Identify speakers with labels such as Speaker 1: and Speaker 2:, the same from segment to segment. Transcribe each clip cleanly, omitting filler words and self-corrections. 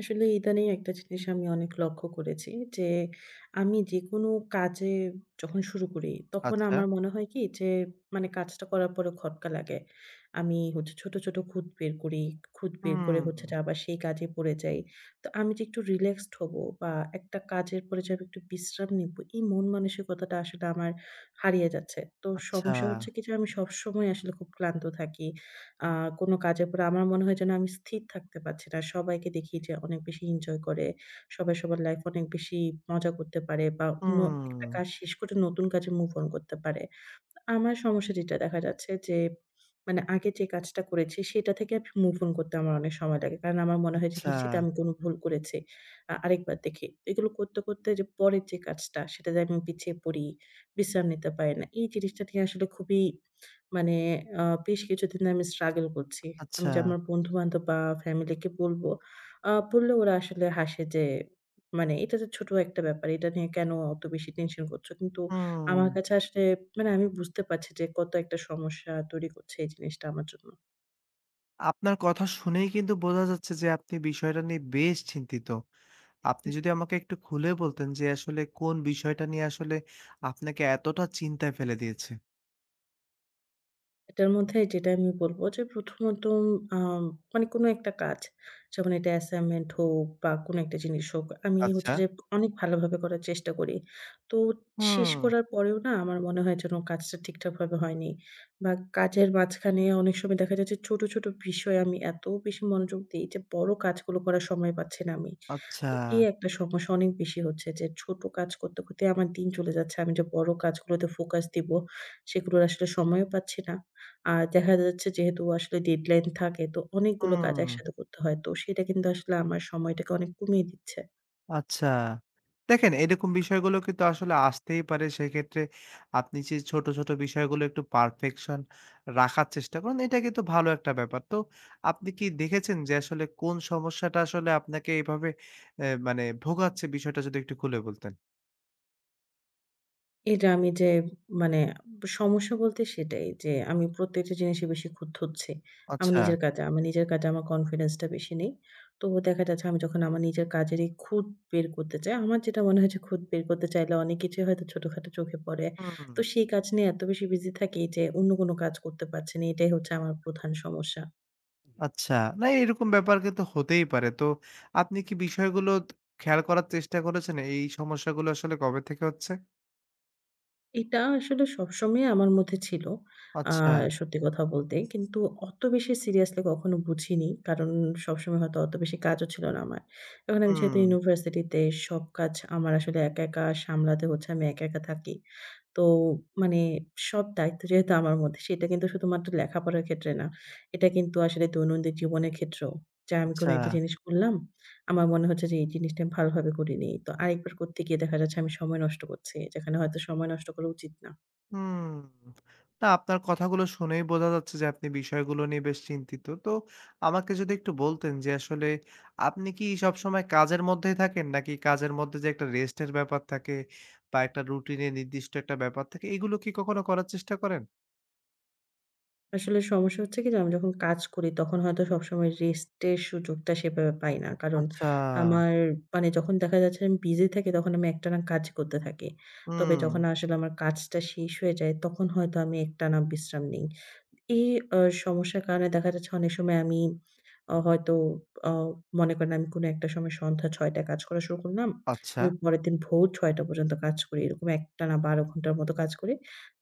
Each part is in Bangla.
Speaker 1: আসলে ইদানিং একটা জিনিস আমি অনেক লক্ষ্য করেছি যে, আমি যেকোনো কাজে যখন শুরু করি, তখন
Speaker 2: আচ্ছা।
Speaker 1: আমার মনে হয় কি যে, মানে কাজটা করার পরে খটকা লাগে। আমি হচ্ছে ছোট, ছোট খুঁত বের করি। খুঁত বের করে
Speaker 2: হুম,
Speaker 1: হচ্ছে যে আবার সেই কাজে পড়ে যাই। তো আমি যে একটু রিল্যাক্সড হবো বা একটা কাজের পরে যে আমি একটু বিশ্রাম নিবো, এই মন মানসিকতাটা আসলে আমার হারিয়ে যাচ্ছে। তো
Speaker 2: আচ্ছা,
Speaker 1: সমস্যা হচ্ছে কি যে আমি সবসময় আসলে খুব ক্লান্ত থাকি। আ কোনো কাজের পরে আমার মনে হয় যেন আমি স্থির থাকতে পারছি না। সবাইকে দেখি যে অনেক বেশি এনজয় করে। সবাই সবার লাইফ অনেক বেশি মজা করতে পারে বা অন্য
Speaker 2: হুম,
Speaker 1: একটা কাজ শেষ করে নতুন কাজে মুভ অন করতে পারে। আমার সমস্যা যেটা দেখা যাচ্ছে যে, মানে আগে যে কাজটা করেছি সেটা থেকে আমি মুভ অন করতে আমার অনেক সময় লাগে। কারণ আমার মনে হয় যে
Speaker 2: আচ্ছা,
Speaker 1: নিশ্চিত আমি কোনো ভুল করেছি। আরেকবার দেখি। এগুলো করতে, করতে যে পরের যে কাজটা সেটাতে আমি পিছিয়ে পড়ি, বিশ্রাম নিতে পারি না। এই জিনিসটা নিয়ে আসলে খুবই মানে বেশ কিছুদিন ধরে আমি স্ট্রাগল করছি। আমি
Speaker 2: আচ্ছা,
Speaker 1: যে আমার বন্ধু-বান্ধব বা ফ্যামিলিকে বলবো, বললে ওরা আসলে হাসে যে, মানে "এটা তো ছোট একটা ব্যাপার। এটা নিয়ে কেন অত বেশি টেনশন করছো?" কিন্তু
Speaker 2: হুম।
Speaker 1: আমার কাছে আসলে মানে আমি বুঝতে পারছি যে কত একটা সমস্যা তৈরি করছে এই জিনিসটা আমার জন্য।
Speaker 2: আপনার কথা শুনেই কিন্তু বোঝা যাচ্ছে যে আপনি বিষয়টা নিয়ে বেশ চিন্তিত। আপনি যদি আমাকে একটু খুলে বলতেন যে আসলে কোন বিষয়টা নিয়ে আসলে আপনাকে এতটা চিন্তায় ফেলে দিয়েছে?
Speaker 1: এটার মধ্যে যেটা আমি বলব যে প্রথমত আম মানে কোনো একটা কাজ যেমন এটা অ্যাসাইনমেন্ট হোক বা কোনো একটা জিনিস হোক আমি
Speaker 2: আচ্ছা,
Speaker 1: হচ্ছে যে অনেক ভালোভাবে করার চেষ্টা করি। তো শেষ
Speaker 2: হুম,
Speaker 1: করার পরেও না আমার মনে হয় যেন কাজটা ঠিকঠাকভাবে হয়নি। বা কাজের মাঝখানে অনেক সময় দেখা যায় যে ছোট, ছোট বিষয়ে আমি এত বেশি মনোযোগ দেই যে বড় কাজগুলো করার সময় পাচ্ছি না আমি।
Speaker 2: আচ্ছা,
Speaker 1: তো এই একটা সমস্যা অনেক বেশি হচ্ছে যে ছোট কাজ করতে, করতে আমার দিন চলে যাচ্ছে। আমি যে বড় কাজগুলোতে ফোকাস দিব, সেগুলোর আসলে সময়ও পাচ্ছি না। আর দেখা যাচ্ছে যেহেতু আসলে ডেডলাইন থাকে, তো অনেকগুলো কাজ
Speaker 2: হুম।
Speaker 1: একসাথে করতে হয়। তো সেটা কিন্তু আসলে আমার সময়টাকে অনেক কমিয়ে দিচ্ছে।
Speaker 2: আচ্ছা। দেখেন এরকম বিষয়গুলো কিন্তু আসলে আসতেই পারে। সেক্ষেত্রে আপনি যে ছোট, ছোট বিষয়গুলো একটু পারফেকশন রাখার চেষ্টা করুন, এটা কিন্তু ভালো একটা ব্যাপার। তো আপনি কি দেখেছেন যে আসলে কোন সমস্যাটা আসলে আপনাকে এভাবে মানে ভোগাচ্ছে বিষয়টা যদি একটু খুলে বলতেন?
Speaker 1: এটা আমি যে মানে সমস্যা বলতে সেটাই যে আমি প্রত্যেকটা জিনিসে বেশি খুঁত হচ্ছি। আমি
Speaker 2: আচ্ছা।
Speaker 1: নিজের কাজে, আমার নিজের কাজে আমার কনফিডেন্স টা বেশি নেই। তো দেখা যাচ্ছে আমি যখন আমার নিজের কাজের এই খুঁত বের করতে চাই, আমার যেটা মনে হয় যে খুঁত বের করতে চাইলে অনেক কিছুই হয়তো ছোটখাটো চোখে পড়ে।
Speaker 2: হুম, হুম।
Speaker 1: তো সেই কাজ নিয়ে এত বেশি বিজি থাকি যে অন্য কোনো কাজ করতে পারছি না। এটাই হচ্ছে আমার প্রধান সমস্যা।
Speaker 2: আচ্ছা। না এরকম ব্যাপার কিন্তু হতেই পারে। তো আপনি কি বিষয়গুলো ত খেয়াল করার চেষ্টা করেছেন এই সমস্যাগুলো আসলে কবে থেকে হচ্ছে?
Speaker 1: এটা আসলে সবসময় আমার মধ্যে ছিল। আ
Speaker 2: আচ্ছা।
Speaker 1: সত্যি কথা বলতে। কিন্তু অত বেশি সিরিয়াসলি কখনো বুঝিনি। কারণ সবসময় হয়তো অত বেশি কাজও ছিল না আমার। এখন আমি যেহেতু
Speaker 2: হুম।
Speaker 1: ইউনিভার্সিটিতে সব কাজ আমার আসলে একা, একা সামলাতে হচ্ছে। আমি একা, একা থাকি। তো মানে সব দায়িত্ব যেহেতু আমার মধ্যে সেটা কিন্তু শুধুমাত্র লেখাপড়ার ক্ষেত্রে না। এটা কিন্তু আসলে দৈনন্দিন জীবনের ক্ষেত্রেও। যে আমি কোনো
Speaker 2: আচ্ছা।
Speaker 1: একটা জিনিস করলাম আমার মনে হচ্ছে যে এই জিনিসটা আমি ভালোভাবে করিনি। তো আরেকবার করতে গিয়ে দেখা যাচ্ছে আমি সময় নষ্ট করছি। যেখানে হয়তো সময় নষ্ট করা উচিত না।
Speaker 2: হুম। না আপনার কথাগুলো শুনেই বোঝা যাচ্ছে যে আপনি বিষয়গুলো নিয়ে বেশ চিন্তিত। তো আমাকে যদি একটু বলতেন যে আসলে আপনি কি সবসময় কাজের মধ্যেই থাকেন? নাকি কাজের মধ্যে যে একটা রেস্টের ব্যাপার থাকে বা একটা রুটিনে নির্দিষ্ট একটা ব্যাপার থাকে এগুলো কি কখনো করার চেষ্টা করেন?
Speaker 1: আসলে সমস্যা হচ্ছে কি যে আমি যখন কাজ করি তখন হয়তো সবসময় রেস্টের সুযোগটা সেভাবে পাই না। কারণ
Speaker 2: আচ্ছা।
Speaker 1: আমার মানে যখন দেখা যাচ্ছে আমি বিজি থাকি তখন আমি একটানা কাজ করতে থাকি। তবে
Speaker 2: হুম,
Speaker 1: যখন আসলে আমার কাজটা শেষ হয়ে যায় তখন হয়তো আমি একটানা বিশ্রাম নেই। এই আ সমস্যার কারণে দেখা যাচ্ছে অনেক সময় আমি হয়তো আ মনে করেন আমি কোনো একটা সময় সন্ধ্যা ৬:০০ টায় কাজ করা শুরু করলাম।
Speaker 2: আচ্ছা।
Speaker 1: আমি পরের দিন ভোর ৬:০০ পর্যন্ত কাজ করি। এরকম একটানা ১২ ঘন্টার মতো কাজ করি।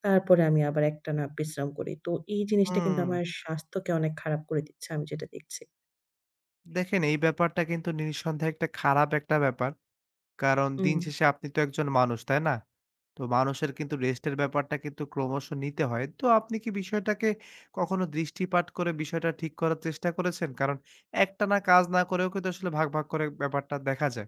Speaker 1: তারপরে আমি আবার একটানা বিশ্রাম করি। তো এই জিনিসটা কিন্তু
Speaker 2: হুম।
Speaker 1: আমার স্বাস্থ্যকে অনেক খারাপ করে দিচ্ছে আমি যেটা দেখছি।
Speaker 2: দেখেন এই ব্যাপারটা কিন্তু নিঃসন্দেহে একটা খারাপ একটা ব্যাপার। কারণ দিন
Speaker 1: হুম।
Speaker 2: শেষে আপনি তো একজন মানুষ, তাই না? তো মানুষের কিন্তু রেস্টের ব্যাপারটা কিন্তু ক্রমশ নিতে হয়। তো আপনি কি বিষয়টাকে কখনো দৃষ্টিপাত করে বিষয়টা ঠিক করার চেষ্টা করেছেন? কারণ একটানা কাজ না করেও কিন্তু আসলে ভাগ, ভাগ করে ব্যাপারটা দেখা যায়।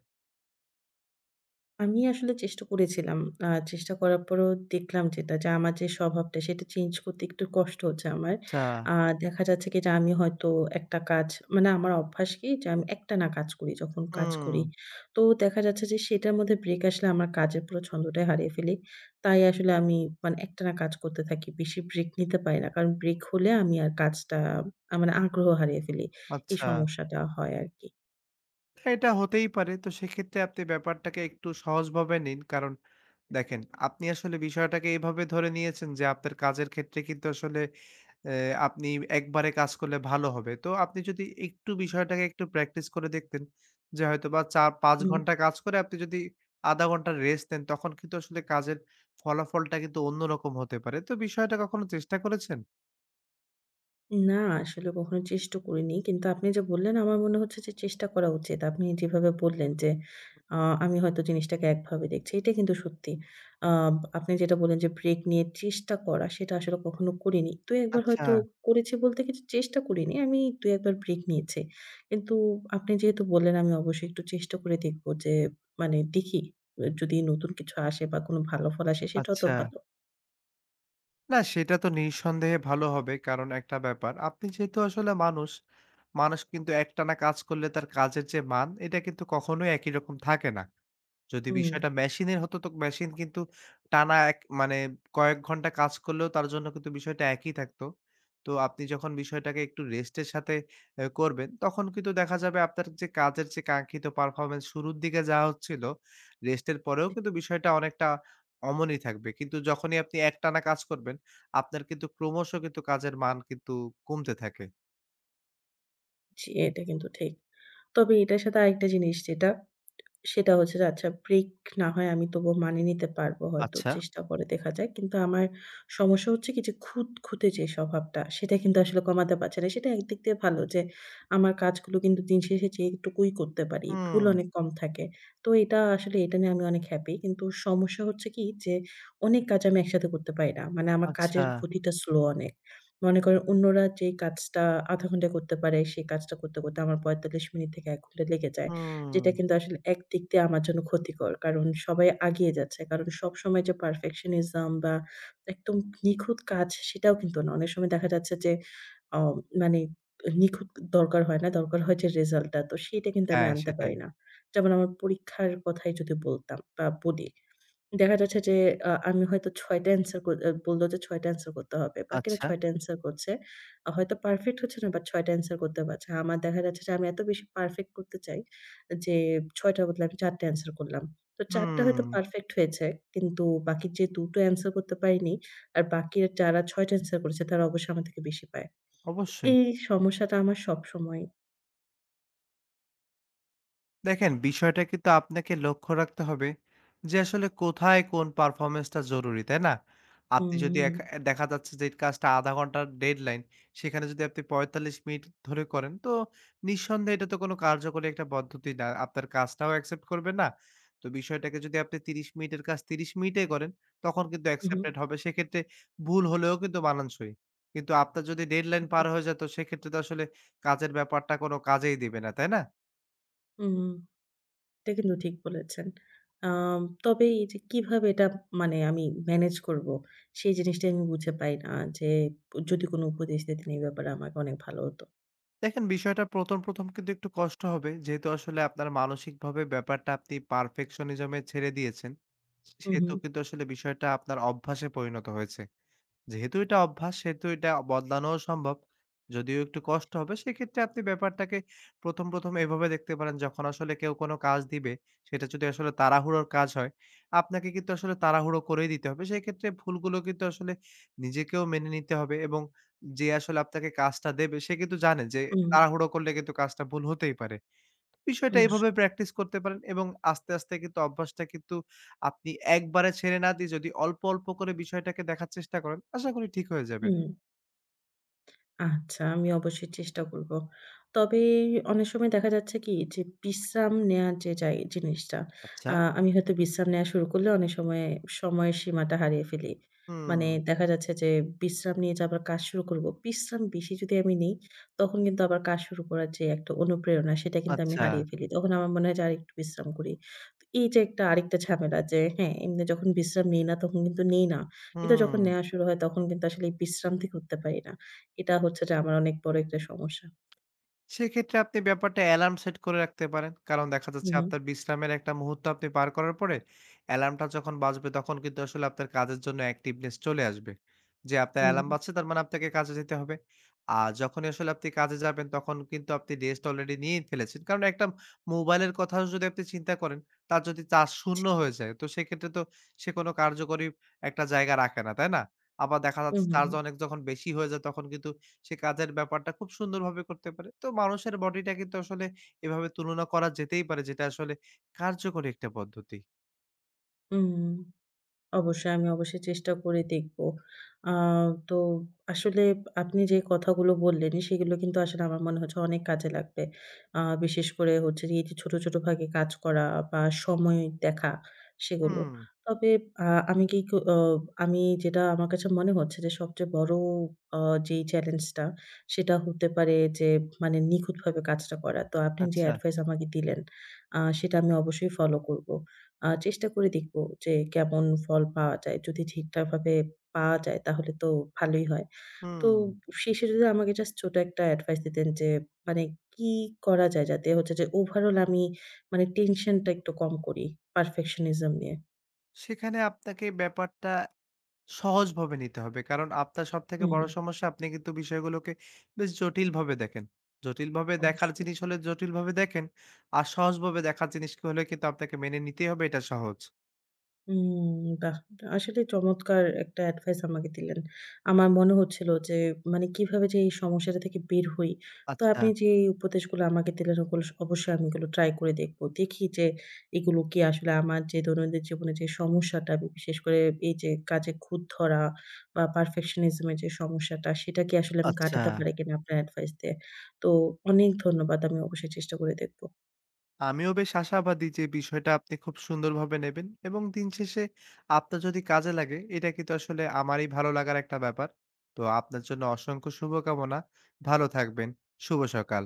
Speaker 1: আমি আসলে চেষ্টা করেছিলাম। চেষ্টা করার পরেও দেখলাম যেটা যে, আমার যে স্বভাবটা সেটা চেঞ্জ করতে একটু কষ্ট হচ্ছে আমার।
Speaker 2: আচ্ছা।
Speaker 1: আ দেখা যাচ্ছে কি যে, আমি হয়তো একটা কাজ মানে আমার অভ্যাস কি যে, আমি একটানা কাজ করি যখন কাজ
Speaker 2: হুম,
Speaker 1: করি। তো দেখা যাচ্ছে যে, সেটার মধ্যে ব্রেক আসলে আমার কাজের পুরো ছন্দটাই হারিয়ে ফেলি। তাই আসলে আমি মানে একটানা কাজ করতে থাকি। বেশি ব্রেক নিতে পারি না। কারণ ব্রেক হলে আমি আর কাজটা মানে আগ্রহ হারিয়ে ফেলি। এই
Speaker 2: আচ্ছা।
Speaker 1: সমস্যাটা হয় আরকি।
Speaker 2: এটা হতেই পারে। তো সেক্ষেত্রে আপনি ব্যাপারটাকে একটু সহজভাবে নিন। কারণ দেখেন, আপনি আসলে বিষয়টাকে এভাবে ধরে নিয়েছেন যে আপনার কাজের ক্ষেত্রে কিন্তু আসলে অ্যা আপনি একবারে কাজ করলে ভালো হবে। তো আপনি যদি একটু বিষয়টাকে একটু প্র্যাকটিস করে দেখতেন যে হয়তোবা ৪-৫
Speaker 1: হুম।
Speaker 2: ঘন্টা কাজ করে আপনি যদি ০.৫ ঘন্টা রেস্ট নেন তখন কিন্তু আসলে কাজের ফলাফলটা কিন্তু অন্যরকম হতে পারে। তো বিষয়টা কখনো চেষ্টা করেছেন?
Speaker 1: না, আসলে কখনো চেষ্টা করিনি। কিন্তু আপনি যে বললেন, আমার মনে হচ্ছে যে চেষ্টা করা উচিত। আপনি যেভাবে বললেন যে, আ আমি হয়তো জিনিসটাকে একভাবে দেখছি। এটা কিন্তু সত্যি। আ আপনি যেটা বললেন যে ব্রেক নিয়ে চেষ্টা করা, সেটা আসলে কখনো করিনি। ২-১ বার
Speaker 2: আচ্ছা,
Speaker 1: হয়তো করেছি বলতে কিছু চেষ্টা করিনি। আমি ২-১ বার ব্রেক নিয়েছি। কিন্তু আপনি যেহেতু বললেন, আমি অবশ্যই একটু চেষ্টা করে দেখব যে মানে দেখি এ যদি নতুন কিছু আসে বা কোনো ভালো ফল আসে, সেটাও তো
Speaker 2: আচ্ছা।
Speaker 1: ভালো।
Speaker 2: না সেটা তো নিঃসন্দেহে ভালো হবে। কারণ একটা ব্যাপার, আপনি যেহেতু আসলে মানুষ, মানুষ কিন্তু একটানা কাজ করলে তার কাজের যে মান, এটা কিন্তু কখনোই একই রকম থাকে না। যদি
Speaker 1: হুম,
Speaker 2: বিষয়টা মেশিনের হতো তো মেশিন কিন্তু টানা এক মানে কয়েক ঘন্টা কাজ করলেও তার জন্য কিন্তু বিষয়টা একই থাকতো। তো আপনি যখন বিষয়টাকে একটু রেস্টের সাথে করবেন, তখন কিন্তু দেখা যাবে আপনার যে কাজের যে কাঙ্ক্ষিত পারফরম্যান্স শুরুর দিকে যা হচ্ছিল, রেস্টের পরেও কিন্তু বিষয়টা অনেকটা অমনই থাকবে। কিন্তু যখনই আপনি একটানা কাজ করবেন, আপনার কিন্তু ক্রমশ কিন্তু কাজের মান কিন্তু কমতে থাকে।
Speaker 1: জি, এটা কিন্তু ঠিক। তবে এটার সাথে আরেকটা জিনিস যেটা সেটা হচ্ছে যে আচ্ছা ব্রেক না হয় আমি তবুও মানিয়ে নিতে পারবো হয়তো,
Speaker 2: আচ্ছা।
Speaker 1: চেষ্টা করে দেখা যায়। কিন্তু আমার সমস্যা হচ্ছে কি যে খুঁতখুঁতে যে স্বভাবটা, সেটা কিন্তু আসলে কমাতে পারছি না। সেটা একদিক দিয়ে ভালো যে আমার কাজগুলো কিন্তু দিন শেষে যেটুকুই করতে পারি, ভুল
Speaker 2: হুম।
Speaker 1: অনেক কম থাকে। তো এটা আসলে এটা নিয়ে আমি অনেক হ্যাপি। কিন্তু সমস্যা হচ্ছে কি যে অনেক কাজ আমি একসাথে করতে পারি না। মানে আমার
Speaker 2: আচ্ছা।
Speaker 1: কাজের গতিটা স্লো অনেক। মনে করেন অন্যরা যেই কাজটা ০.৫ ঘন্টায় করতে পারে, সেই কাজটা করতে, করতে আমার ৪৫ মিনিট থেকে ১ ঘন্টা লেগে যায়। যেটা
Speaker 2: হুম।
Speaker 1: কিন্তু আসলে একদিক দিয়ে আমার জন্য ক্ষতিকর। কারণ সবাই আগিয়ে যাচ্ছে। কারণ সবসময় যে perfectionism বা একদম নিখুঁত কাজ সেটাও কিন্তু না। অনেক সময় দেখা যাচ্ছে যে অ মানে নিখুঁত দরকার হয় না। দরকার হয় যে রেজাল্টটা। তো সেইটা কিন্তু আমি
Speaker 2: হ্যাঁ,
Speaker 1: আনতে
Speaker 2: সেটাই।
Speaker 1: পারি না। যেমন আমার পরীক্ষার কথাই যদি বলতাম বা বলি। দেখা যাচ্ছে যে আমি হয়তো ৬ টা অ্যান্সার কর আ বলল যে ৬ টা অ্যান্সার করতে হবে। বাকিরা
Speaker 2: আচ্ছা।
Speaker 1: ৬ টা অ্যান্সার করছে। হয়তো পারফেক্ট হচ্ছে না বাট ৬ টা অ্যান্সার করতে পারছে। আমার দেখা যাচ্ছে যে আমি এত বেশি পারফেক্ট করতে চাই যে ৬ টার বদলে আমি ৪ টা অ্যান্সার করলাম। তো ৪ টা
Speaker 2: হুম।
Speaker 1: হয়তো পারফেক্ট হয়েছে। কিন্তু বাকি যে ২ টো অ্যান্সার করতে পারিনি আর বাকি যারা ৬ টা অ্যান্সার করেছে তারা অবশ্যই আমার থেকে বেশি পায়। তো
Speaker 2: অবশ্যই।
Speaker 1: এই সমস্যাটা আমার সবসময়।
Speaker 2: দেখেন বিষয়টা কিন্তু আপনাকে লক্ষ্য রাখতে হবে যে আসলে কোথায় কোন পারফরম্যান্সটা জরুরি, তাই না? আপনি যদি
Speaker 1: হুম,
Speaker 2: এক অ্যা দেখা যাচ্ছে যে এই কাজটা ০.৫ ঘন্টার ডেডলাইন, সেখানে যদি আপনি ৪৫ মিনিট ধরে করেন, তো নিঃসন্দেহে এটা তো কোনো কার্যকরী একটা পদ্ধতি না। আপনার কাজটাও অ্যাকসেপ্ট করবে না। তো বিষয়টাকে যদি আপনি ৩০ মিনিটের কাজ ৩০ মিনিটেই করেন, তখন কিন্তু
Speaker 1: হুম, হুম,
Speaker 2: অ্যাকসেপ্টেড হবে। সেক্ষেত্রে ভুল হলেও কিন্তু মানানসই। কিন্তু আপনার যদি ডেডলাইন
Speaker 1: জি,
Speaker 2: পার হয়ে যেত, সেক্ষেত্রে তো আসলে কাজের ব্যাপারটা কোনো কাজেই দিবে না, তাই না?
Speaker 1: হুম। এটা কিন্তু ঠিক বলেছেন। তবে এই যে কিভাবে এটা মানে আমি ম্যানেজ করব, সেই জিনিসটাই আমি বুঝে পাই না যে যদি কোন উপদেশ দিতেন এই ব্যাপারে আমাকে অনেক ভালো হতো।
Speaker 2: দেখেন বিষয়টা ১ম, ১ম কিন্তু একটু কষ্ট হবে। যেহেতু আসলে আপনার মানসিকভাবে ব্যাপারটা আপনি পারফেকশনিজম এ ছেড়ে দিয়েছেন।
Speaker 1: হু, হু,
Speaker 2: সেহেতু কিন্তু আসলে বিষয়টা আপনার অভ্যাসে পরিণত হয়েছে। যেহেতু এটা অভ্যাস সেহেতু এটা বদলানোও সম্ভব। যদিও একটু কষ্ট হবে সেক্ষেত্রে আপনি ব্যাপারটাকে ১ম, ১ম এভাবে দেখতে পারেন যখন আসলে কেউ কোনো কাজ দিবে সেটা যদি আসলে তাড়াহুড়োর কাজ হয়, আপনাকে কিন্তু আসলে তাড়াহুড়ো করেই দিতে হবে। সেক্ষেত্রে ভুলগুলো কিন্তু আসলে নিজেকেও মেনে নিতে হবে এবং যে আসলে আপনাকে কাজটা দেবে সে কিন্তু জানে যে
Speaker 1: হুম,
Speaker 2: তাড়াহুড়ো করলে কিন্তু কাজটা ভুল হতেই পারে। বিষয়টা এভাবে
Speaker 1: অবশ্যই।
Speaker 2: প্র্যাকটিস করতে পারেন এবং আস্তে, আস্তে কিন্তু অভ্যাসটা কিন্তু আপনি একবারে ছেড়ে না দিয়ে যদি অল্প, অল্প করে বিষয়টাকে দেখার চেষ্টা করেন, আশা করি ঠিক হয়ে যাবে।
Speaker 1: হুম। আচ্ছা, আমি অবশ্যই চেষ্টা করব। তবে অনেক সময় দেখা যাচ্ছে কি যে বিশ্রাম নেয়ার যে যাই জিনিসটা,
Speaker 2: আচ্ছা।
Speaker 1: আমি হয়তো বিশ্রাম নেয়া শুরু করলে অনেক সময় সময়ের সীমাটা হারিয়ে ফেলি।
Speaker 2: হুম।
Speaker 1: মানে দেখা যাচ্ছে যে বিশ্রাম নিয়ে যে আবার কাজ শুরু করব, বিশ্রাম বেশি যদি আমি নেই, তখন কিন্তু আবার কাজ শুরু করার যে একটা অনুপ্রেরণা সেটা কিন্তু আমি
Speaker 2: আচ্ছা।
Speaker 1: হারিয়ে ফেলি। তখন আমার মনে হয় যে আরেকটু বিশ্রাম করি। তো এই যে একটা আরেকটা ঝামেলা যে হ্যাঁ, এমনি যখন বিশ্রাম নেই না তখন কিন্তু নেই না। কিন্তু যখন
Speaker 2: হুম।
Speaker 1: নেয়া শুরু হয় তখন কিন্তু আসলে এই বিশ্রাম থেকে উঠতে পারি না। এটা হচ্ছে যে আমার অনেক বড় একটা সমস্যা।
Speaker 2: সেক্ষেত্রে আপনি ব্যাপারটা অ্যালার্ম সেট করে রাখতে পারেন। কারণ দেখা
Speaker 1: হু,
Speaker 2: যাচ্ছে
Speaker 1: হু।
Speaker 2: আপনার বিশ্রামের একটা মুহূর্ত আপনি পার করার পরে অ্যালার্মটা যখন বাজবে তখন কিন্তু আসলে আপনার কাজের জন্য অ্যাক্টিভনেস চলে আসবে। যে আপনার
Speaker 1: হুম,
Speaker 2: অ্যালার্ম বাজছে তার মানে আপনাকে কাজে যেতে হবে। আর যখনই আসলে আপনি কাজে যাবেন তখন কিন্তু আপনি রেস্ট অলরেডি নিয়েই ফেলেছেন। কারণ একটা মোবাইলের কথাও যদি আপনি চিন্তা করেন, তার যদি চার্জ
Speaker 1: জি।
Speaker 2: শূন্য হয়ে যায় তো সেক্ষেত্রে তো সে কোনো কার্যকরী একটা জায়গা রাখে না, তাই না? আবার দেখা
Speaker 1: হু,
Speaker 2: যাচ্ছে
Speaker 1: হু, হু।
Speaker 2: চার্জ অনেক যখন বেশি হয়ে যায় তখন কিন্তু সে কাজের ব্যাপারটা খুব সুন্দরভাবে করতে পারে। তো মানুষের বডিটা কিন্তু আসলে এভাবে তুলনা করা যেতেই পারে যেটা আসলে কার্যকরী একটা পদ্ধতি।
Speaker 1: হুম। অবশ্যই, আমি অবশ্যই চেষ্টা করে দেখব। আ তো আসলে আপনি যে কথাগুলো বললেন, সেগুলো কিন্তু আসলে আমার মনে হচ্ছে অনেক কাজে লাগবে। বিশেষ করে হচ্ছে যে এই যে ছোট, ছোট ভাগে কাজ করা বা সময় দেখা সেগুলো।
Speaker 2: হুম,
Speaker 1: তবে আ আমি কি কো অ আমি যেটা আমার কাছে মনে হচ্ছে যে সবচেয়ে বড় আ যেই চ্যালেঞ্জটা সেটা হতে পারে যে মানে নিখুঁতভাবে কাজটা করা। তো আপনি যে
Speaker 2: আচ্ছা।
Speaker 1: অ্যাডভাইস আমাকে দিলেন, সেটা আমি অবশ্যই ফলো করব। চেষ্টা করে দেখব যে কেমন ফল পাওয়া যায়। যদি ঠিকঠাকভাবে পাওয়া যায় তাহলে তো ভালোই হয়। তো
Speaker 2: হুম।
Speaker 1: শেষে যদি আমাকে জাস্ট ছোট একটা অ্যাডভাইস দিতেন যে মানে কি করা যায় যাতে হচ্ছে যে ওভারঅল আমি মানে টেনশনটা একটু কম করি পারফেকশনিজম নিয়ে?
Speaker 2: সেখানে আপনাকে ব্যাপারটা সহজভাবে নিতে হবে। কারণ আপনার সবথেকে
Speaker 1: হুম।
Speaker 2: বড় সমস্যা আপনি কিন্তু বিষয়গুলোকে বেশ জটিলভাবে দেখেন। জটিলভাবে দেখার
Speaker 1: অবশ্যই।
Speaker 2: জিনিস হলে জটিলভাবে দেখেন। আর সহজভাবে দেখার জিনিসকে হলে কিন্তু আপনাকে মেনে নিতেই হবে এটা সহজ।
Speaker 1: হুম, বাহ! আসলে চমৎকার একটা অ্যাডভাইস আমাকে দিলেন। আমার মনে হচ্ছিল যে মানে কিভাবে যে এই সমস্যাটা থেকে বের হই। তো
Speaker 2: আচ্ছা,
Speaker 1: আপনি যে এই উপদেশগুলো আমাকে দিলেন ওগুলো অবশ্যই আমি এগুলো ট্রাই করে দেখব। দেখি যে এগুলো কি আসলে আমার যে দৈনন্দিন জীবনে যে সমস্যাটা আমি বিশেষ করে এই যে কাজে খুঁত ধরা বা perfectionism এর যে সমস্যাটা সেটা কি আসলে আমি
Speaker 2: আচ্ছা।
Speaker 1: কাটাতে পারি কিনা আপনার অ্যাডভাইস দিয়ে। তো অনেক ধন্যবাদ। আমি অবশ্যই চেষ্টা করে দেখব।
Speaker 2: আমিও বেশ আশাবাদী যে বিষয়টা আপনি খুব সুন্দরভাবে নেবেন এবং দিন শেষে আপনার যদি কাজে লাগে এটা কিন্তু আসলে আমারই ভালো লাগার একটা ব্যাপার। তো আপনার জন্য অসংখ্য শুভকামনা। ভালো থাকবেন। শুভ সকাল।